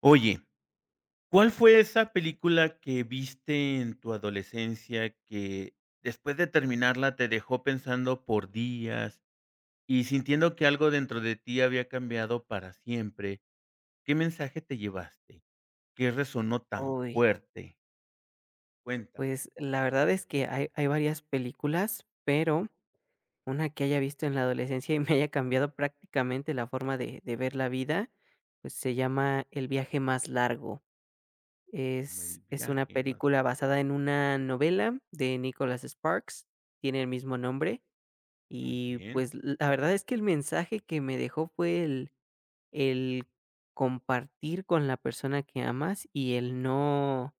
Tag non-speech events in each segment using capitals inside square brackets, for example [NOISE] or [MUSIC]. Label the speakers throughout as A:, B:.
A: Oye, ¿cuál fue esa película que viste en tu adolescencia que después de terminarla te dejó pensando por días y sintiendo que algo dentro de ti había cambiado para siempre? ¿Qué mensaje te llevaste? ¿Qué resonó tan
B: Uy,
A: fuerte? Cuéntame,
B: pues la verdad es que hay varias películas, pero una que haya visto en la adolescencia y me haya cambiado prácticamente la forma de ver la vida, pues se llama El viaje más largo.
A: como
B: Es
A: el
B: es una
A: viaje más
B: película basada en una novela de Nicholas Sparks, tiene el mismo nombre
A: muy
B: y,
A: bien.
B: pues, la verdad es que el mensaje que me dejó fue el compartir con la persona que amas y el no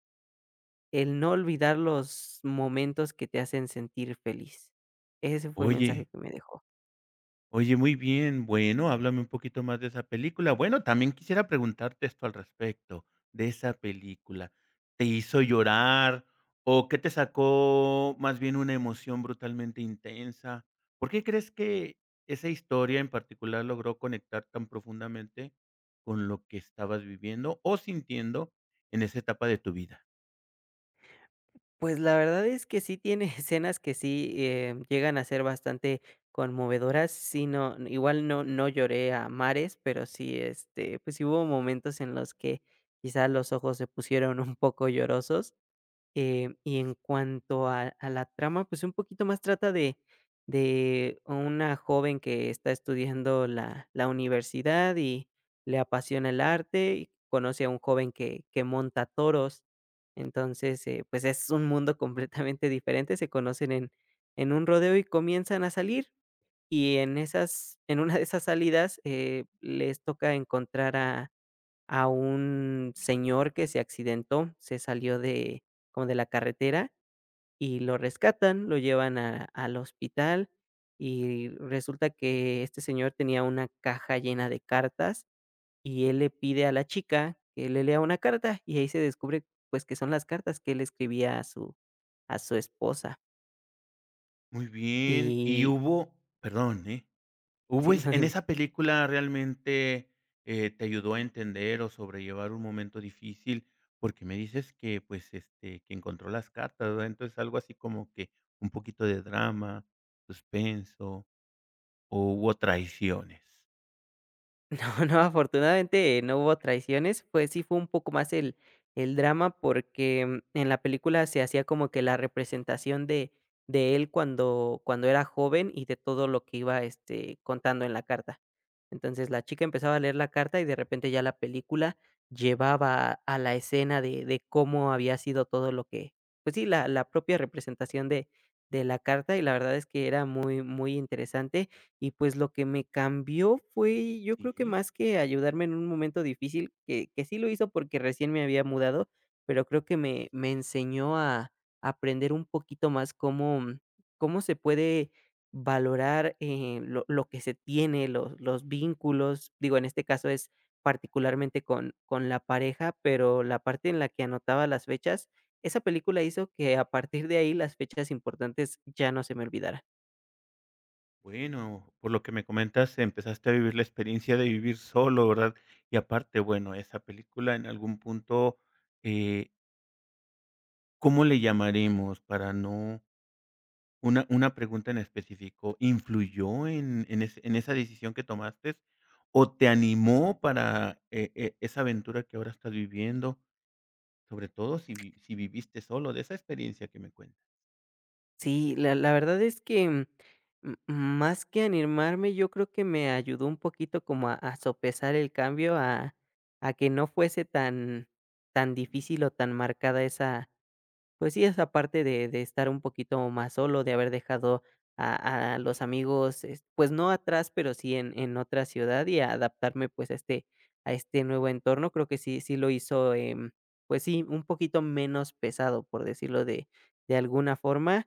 B: El no olvidar los momentos que te hacen sentir feliz. Ese fue el mensaje
A: Oye
B: que me dejó.
A: Oye, muy bien. Bueno, háblame un poquito más de esa película. Bueno, también quisiera preguntarte esto al respecto, de esa película. ¿Te hizo llorar? ¿O qué te sacó más bien una emoción brutalmente intensa? ¿Por qué crees que esa historia en particular logró conectar tan profundamente con lo que estabas viviendo o sintiendo en esa etapa de tu vida?
B: Pues, la verdad es que sí tiene [LAUGHS] escenas que sí, llegan a ser bastante conmovedoras. Sí, no, igual no lloré a mares, pero sí, este, pues, sí hubo momentos en los que quizá los ojos se pusieron un poco llorosos. Y en cuanto a la trama, pues, un poquito más trata de una joven que está estudiando la universidad y le apasiona el arte y conoce a un joven que monta toros. Entonces, pues, es un mundo [LAUGHS] completamente diferente, se conocen en un rodeo y comienzan a salir, y en una de esas salidas, les toca encontrar a un señor que se accidentó, se salió de como de la carretera y lo rescatan, lo llevan a al hospital y resulta que este señor tenía una caja llena de cartas y él le pide a la chica que le lea una carta y ahí se descubre, pues, que son las cartas que él escribía a su esposa.
A: Muy bien. Y
B: Y
A: hubo, perdón, ¿eh?
B: [LAUGHS]
A: ¿Hubo
B: sí,
A: es
B: no,
A: en
B: dime.
A: esa película realmente, te ayudó a entender o sobrellevar un momento difícil? Porque me dices que, pues, este, que encontró las cartas, ¿verdad? Entonces, algo así como que un poquito de drama, suspenso, ¿o hubo traiciones?
B: [LAUGHS] No, no, afortunadamente no hubo traiciones, pues sí fue un poco más el drama porque en la película se hacía como que la representación de él cuando era joven y de todo lo que iba este, contando en la carta. Entonces la chica empezaba a leer la carta y de repente ya la película llevaba a la escena de cómo había sido todo lo que, pues sí, la propia representación de la carta y la verdad es que era muy, muy interesante y pues lo que me cambió fue, yo creo que
A: Sí,
B: más que ayudarme en un momento difícil, que sí lo hizo porque recién me había mudado, pero creo que me enseñó a aprender un poquito más cómo, cómo se puede valorar lo que se tiene, los vínculos. Digo, en este caso es particularmente con la pareja, pero la parte en la que anotaba las fechas, esa película hizo que a partir de ahí las fechas importantes ya no se me olvidaran.
A: bueno, por lo que me comentas, empezaste a vivir la experiencia de vivir solo, ¿verdad? Y aparte, bueno, esa película en algún punto, eh, ¿cómo le llamaremos para no Una pregunta en específico, ¿influyó en es en esa decisión que tomaste o te animó para esa aventura que ahora estás viviendo? Sobre todo si viviste solo, de esa experiencia que me cuentas.
B: Sí, la verdad es que, m más que animarme, yo creo que me ayudó un poquito como a sopesar el cambio, a que no fuese tan difícil o tan marcada esa pues sí, esa parte de estar un poquito más solo, de haber dejado a los amigos, es pues no atrás, pero sí en otra ciudad y a adaptarme, pues, a este nuevo entorno, creo que sí lo hizo, pues sí, un poquito menos pesado, por decirlo de alguna forma,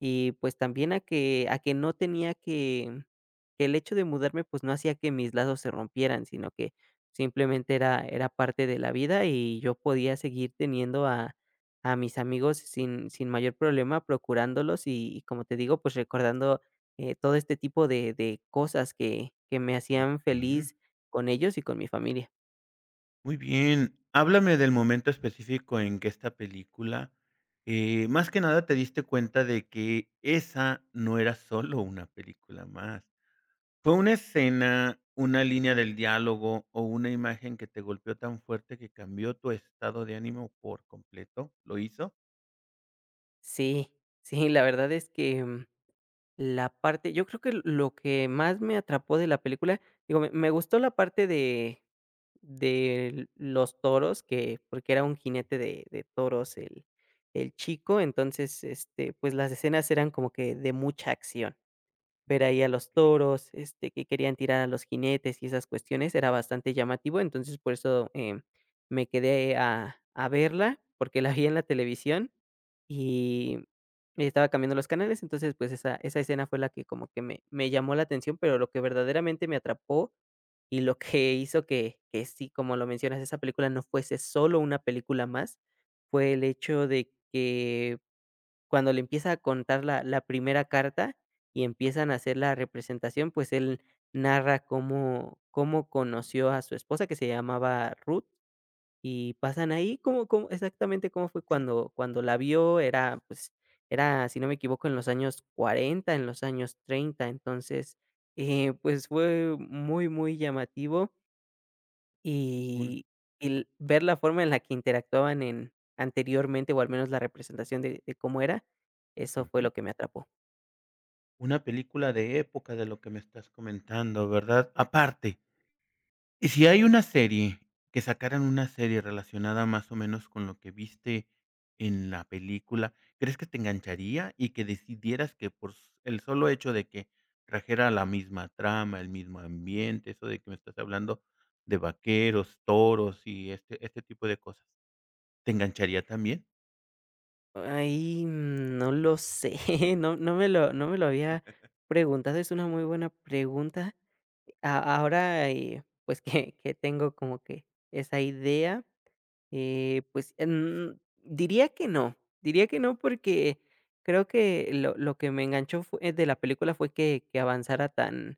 B: y, pues, también a que no tenía que el hecho de mudarme, pues, no hacía que mis lazos se rompieran, sino que simplemente era parte de la vida y yo podía seguir teniendo a mis amigos sin mayor problema, procurándolos y como te digo, pues recordando, todo este tipo de cosas que me hacían
A: Sí.
B: feliz con ellos y con mi familia.
A: Muy bien, háblame del momento específico en que esta película, más que nada te diste cuenta de que esa no era solo una película más. ¿Fue una escena, una línea del diálogo o una imagen que te golpeó tan fuerte que cambió tu estado de ánimo por completo? ¿Lo hizo?
B: Sí, sí, la verdad es que, la parte yo creo que lo que más me atrapó de la película, digo, me gustó la parte de los toros que porque era un jinete de toros el chico, entonces, este, pues las escenas eran como que de mucha acción. Ver ahí a los
A: Okey.
B: toros, este, que querían tirar a los jinetes y esas cuestiones, era bastante llamativo, entonces por eso, me quedé a verla, porque la vi en la televisión y estaba cambiando los canales, entonces, pues, esa escena fue la que como que me llamó la atención, pero lo que verdaderamente me atrapó y lo que hizo que sí, como lo mencionas, esa película no fuese solo una película más, fue el hecho de que cuando le empieza a contar la primera carta y empiezan a hacer la representación, pues, él narra cómo conoció a su esposa, que se llamaba Ruth, y pasan ahí cómo exactamente cómo fue cuando la vio, era, pues, era, si no me equivoco, en los años 40, en los años 30. Entonces, pues, fue muy, muy llamativo.
A: Un.
B: Y y l ver la forma en la que interactuaban en anteriormente, o al menos la representación de cómo era, eso fue
A: Ujú.
B: lo que me atrapó.
A: Una película de época de lo que me estás comentando, ¿verdad? Aparte, y si hay una serie, que sacaran una serie relacionada más o menos con lo que viste en la película, ¿crees que te engancharía y que decidieras que por s el solo hecho de que trajera la misma trama, el mismo ambiente, eso de que me estás hablando de vaqueros, toros y este tipo de cosas, te engancharía también?
B: Ahí, no lo sé, [LAUGHS] no me lo había preguntado, es una muy buena pregunta. A ahora, pues, [LAUGHS] que tengo como que esa idea, pues, diría que no, diría que no, porque creo que lo que me enganchó fue de la película fue que avanzara tan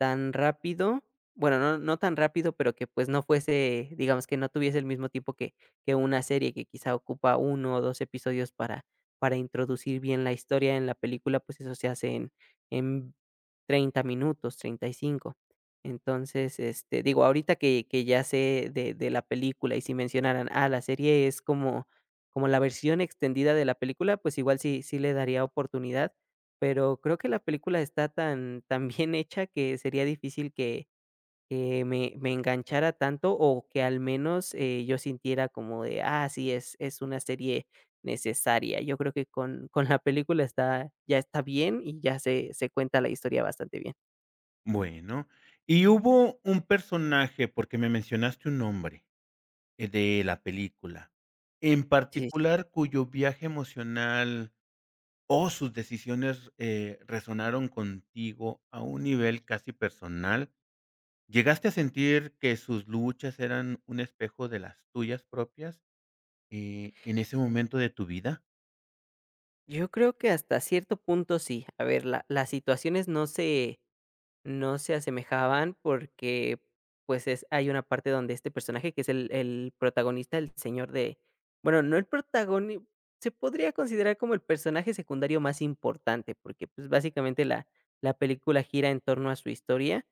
B: Tan rápido, bueno, no tan rápido, pero que, pues, no fuese, digamos, que no tuviese el mismo tiempo que una serie que quizá ocupa uno o 2 episodios para introducir bien la historia en la película, pues, eso se hace en 30 minutos, 35. Entonces, este, digo, ahorita que ya sé de la película, y si mencionaran, ah, la serie es como la versión extendida de la película, pues, igual sí le daría oportunidad, pero creo que la película está tan bien hecha que sería difícil que me enganchara tanto o que al menos, yo sintiera como de: "Ah, sí, es una serie necesaria". Yo creo que con la película está ya está bien y ya se cuenta la historia bastante bien.
A: Bueno, y hubo un personaje, porque me mencionaste un nombre, de la película, en
B: Sí, sí.
A: particular, ¿cuyo viaje emocional o sus decisiones resonaron contigo a un nivel casi personal? ¿Llegaste a sentir que sus luchas eran un espejo de las tuyas propias en ese momento de tu vida?
B: Yo creo que hasta cierto punto sí. A ver, la las situaciones no se asemejaban porque, pues, es hay una parte donde este personaje, que es el protagonista, el señor de, bueno, no el protagoni se podría considerar como el personaje secundario más importante, porque, pues, básicamente la película gira en torno a su historia.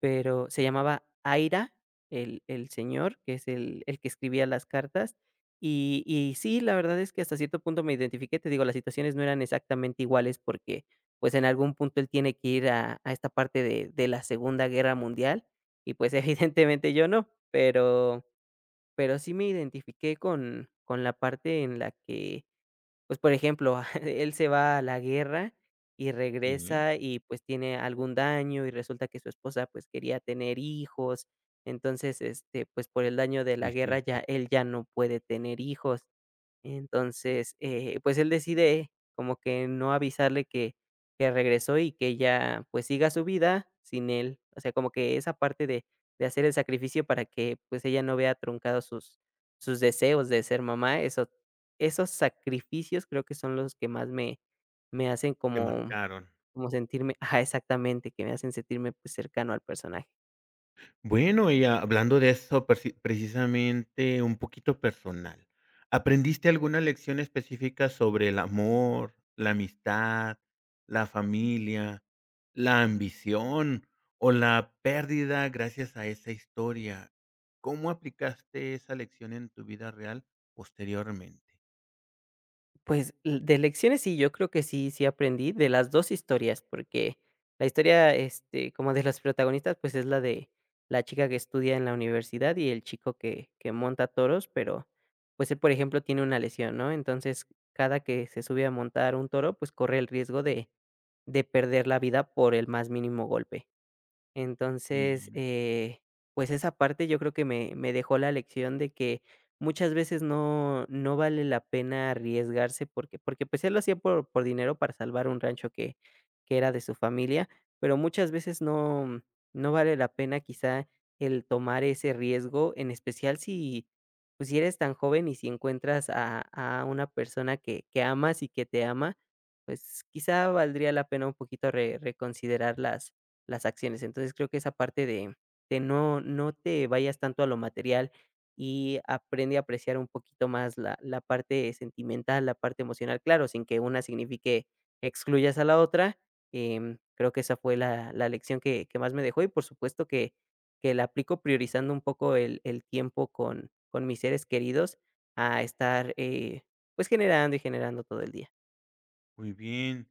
B: Pero se llamaba Aira, el señor, que es el que escribía las cartas. Y sí, la verdad es que hasta cierto punto me identifiqué. Te digo, las situaciones no eran exactamente iguales porque, pues, en algún punto él tiene que ir a esta parte de la Segunda Guerra Mundial y, pues, [LAUGHS] evidentemente yo no, pero sí me identifiqué con la parte en la que, pues, por ejemplo, [LAUGHS] él se va a la guerra y
A: Sí,
B: regresa y, pues, tiene algún daño, y resulta que su esposa, pues, quería tener hijos. Entonces, este, pues, por el daño de la guerra
A: difícil.
B: ya él ya no puede tener hijos. Entonces, pues, él decide como que no avisarle que regresó y que ella, pues, siga su vida sin él. O sea, como que esa parte de hacer el sacrificio para que, pues, ella no vea truncados sus deseos de ser mamá, esos sacrificios creo que son los que más me hacen
A: Te
B: como
A: marcaron.
B: como sentirme ajá, exactamente, que me hacen sentirme, pues, cercano al personaje.
A: Bueno, y hablando de eso, precisamente un poquito personal, ¿aprendiste alguna lección específica sobre el amor, la amistad, la familia, la ambición o la pérdida gracias a esa historia? ¿Cómo aplicaste esa lección en tu vida real posteriormente?
B: Pues, l de lecciones sí, yo creo que sí aprendí de las 2 historias, porque la historia, este, como de las protagonistas, pues, es la de la chica que estudia en la universidad y el chico que monta toros, pero, pues, él, por ejemplo, tiene una lesión, ¿no? Entonces, cada que se sube a montar un toro, pues, corre el riesgo de perder la vida por el más mínimo golpe. Entonces,
A: Bien,
B: pues esa parte yo creo que me dejó la lección de que muchas veces no, no vale la pena arriesgarse porque pues él lo hacía por dinero para salvar un rancho que era de su familia, pero muchas veces no, no vale la pena quizá el tomar ese riesgo, en especial pues si eres tan joven y si encuentras a una persona que amas y que te ama, pues quizá valdría la pena un poquito reconsiderar las acciones. Entonces, creo que esa parte de no te vayas tanto a lo material y aprende a apreciar un poquito más la parte sentimental, la parte emocional, claro, sin que una signifique excluyas a la otra, creo que esa fue la lección que más me dejó y, por supuesto, que la aplico priorizando un poco el tiempo con mis seres queridos a estar, pues, generando y generando todo el día.
A: muy bien.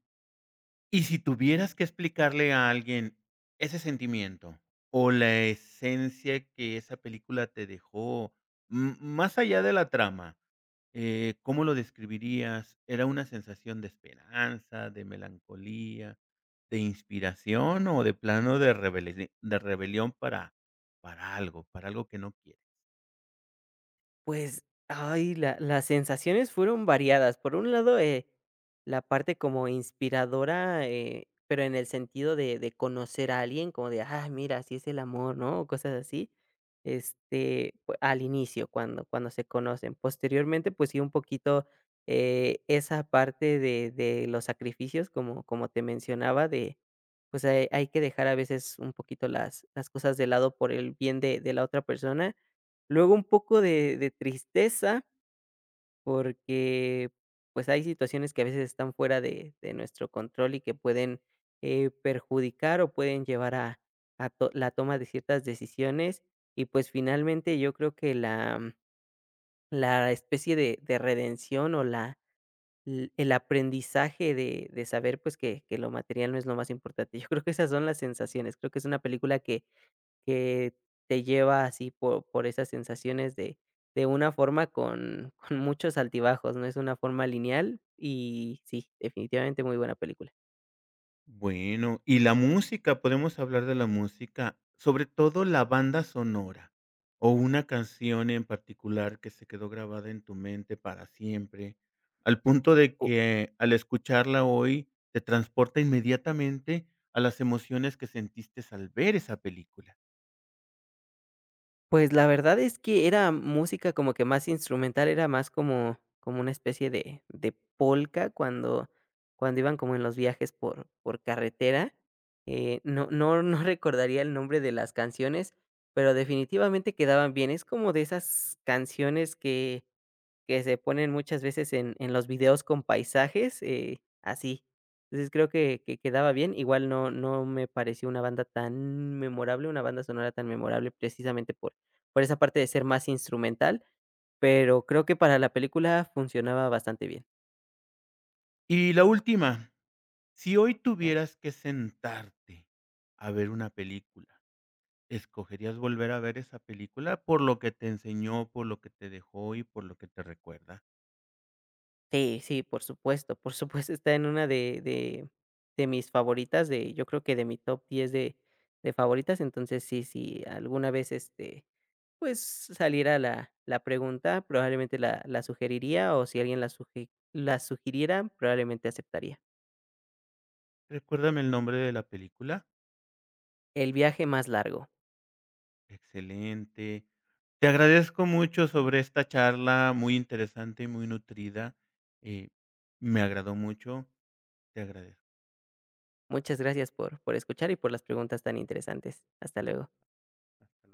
A: Y si tuvieras que explicarle a alguien ese sentimiento o la esencia que esa película te dejó, m más allá de la trama, ¿cómo lo describirías? ¿Era una sensación de esperanza, de melancolía, de inspiración o de plano de rebele de rebelión para algo que no quieres?
B: Pues, ay, la las sensaciones fueron variadas. Por un lado, la parte como inspiradora, pero en el sentido de conocer a alguien, como de: "Ah, mira, así es el amor", ¿no? O cosas así. Este, pue al inicio, cuando se conocen. Posteriormente, pues sí, un poquito, esa parte de los sacrificios, como te mencionaba, de, pues, hay que dejar a veces un poquito las cosas de lado por el bien de la otra persona. Luego un poco de tristeza, porque, pues, hay situaciones que a veces están fuera de nuestro control y que pueden, perjudicar o pueden llevar a to la toma de ciertas decisiones. Y, pues, finalmente yo creo que la especie de redención o la l el aprendizaje de saber, pues, que lo material no es lo más importante. [LAUGHS] Yo creo que esas son las sensaciones. Creo que es una película que te lleva así por esas sensaciones de una forma con muchos altibajos, no es una forma lineal y sí, definitivamente muy buena película.
A: Bueno, y la música, podemos hablar de la música, sobre todo la banda sonora, o una canción en particular que se quedó grabada en tu mente para siempre, al punto de
B: U
A: que al escucharla hoy te transporta inmediatamente a las emociones que sentiste al ver esa película.
B: pues, la verdad es que era música como que más instrumental, era más como una especie de polka cuando iban como en los viajes por carretera, no [LAUGHS] recordaría el nombre de las canciones, pero definitivamente quedaban bien. Es como de esas canciones que se ponen muchas veces en los videos con paisajes, así. Entonces, creo que quedaba bien. Igual no me pareció una banda tan memorable, una banda sonora tan memorable, precisamente por esa parte de ser más instrumental, pero creo que para la película funcionaba bastante bien.
A: Y la última, si hoy
B: Ah,
A: tuvieras que sentarte a ver una película, ¿escogerías volver a ver esa película por lo que te enseñó, por lo que te dejó y por lo que te recuerda?
B: sí, sí, por supuesto, está en una de mis favoritas, de yo creo que de mi top 10 de favoritas. Entonces, sí, sí alguna vez, este, pues, saliera la pregunta, probablemente la sugeriría, o si alguien la sugiriera, probablemente aceptaría.
A: Recuérdame el nombre de la película.
B: El viaje más largo.
A: Excelente. Te agradezco mucho sobre esta charla muy interesante y muy nutrida. Eh, me agradó mucho. Te agradezco.
B: Muchas gracias por escuchar y por las preguntas tan interesantes. Hasta luego.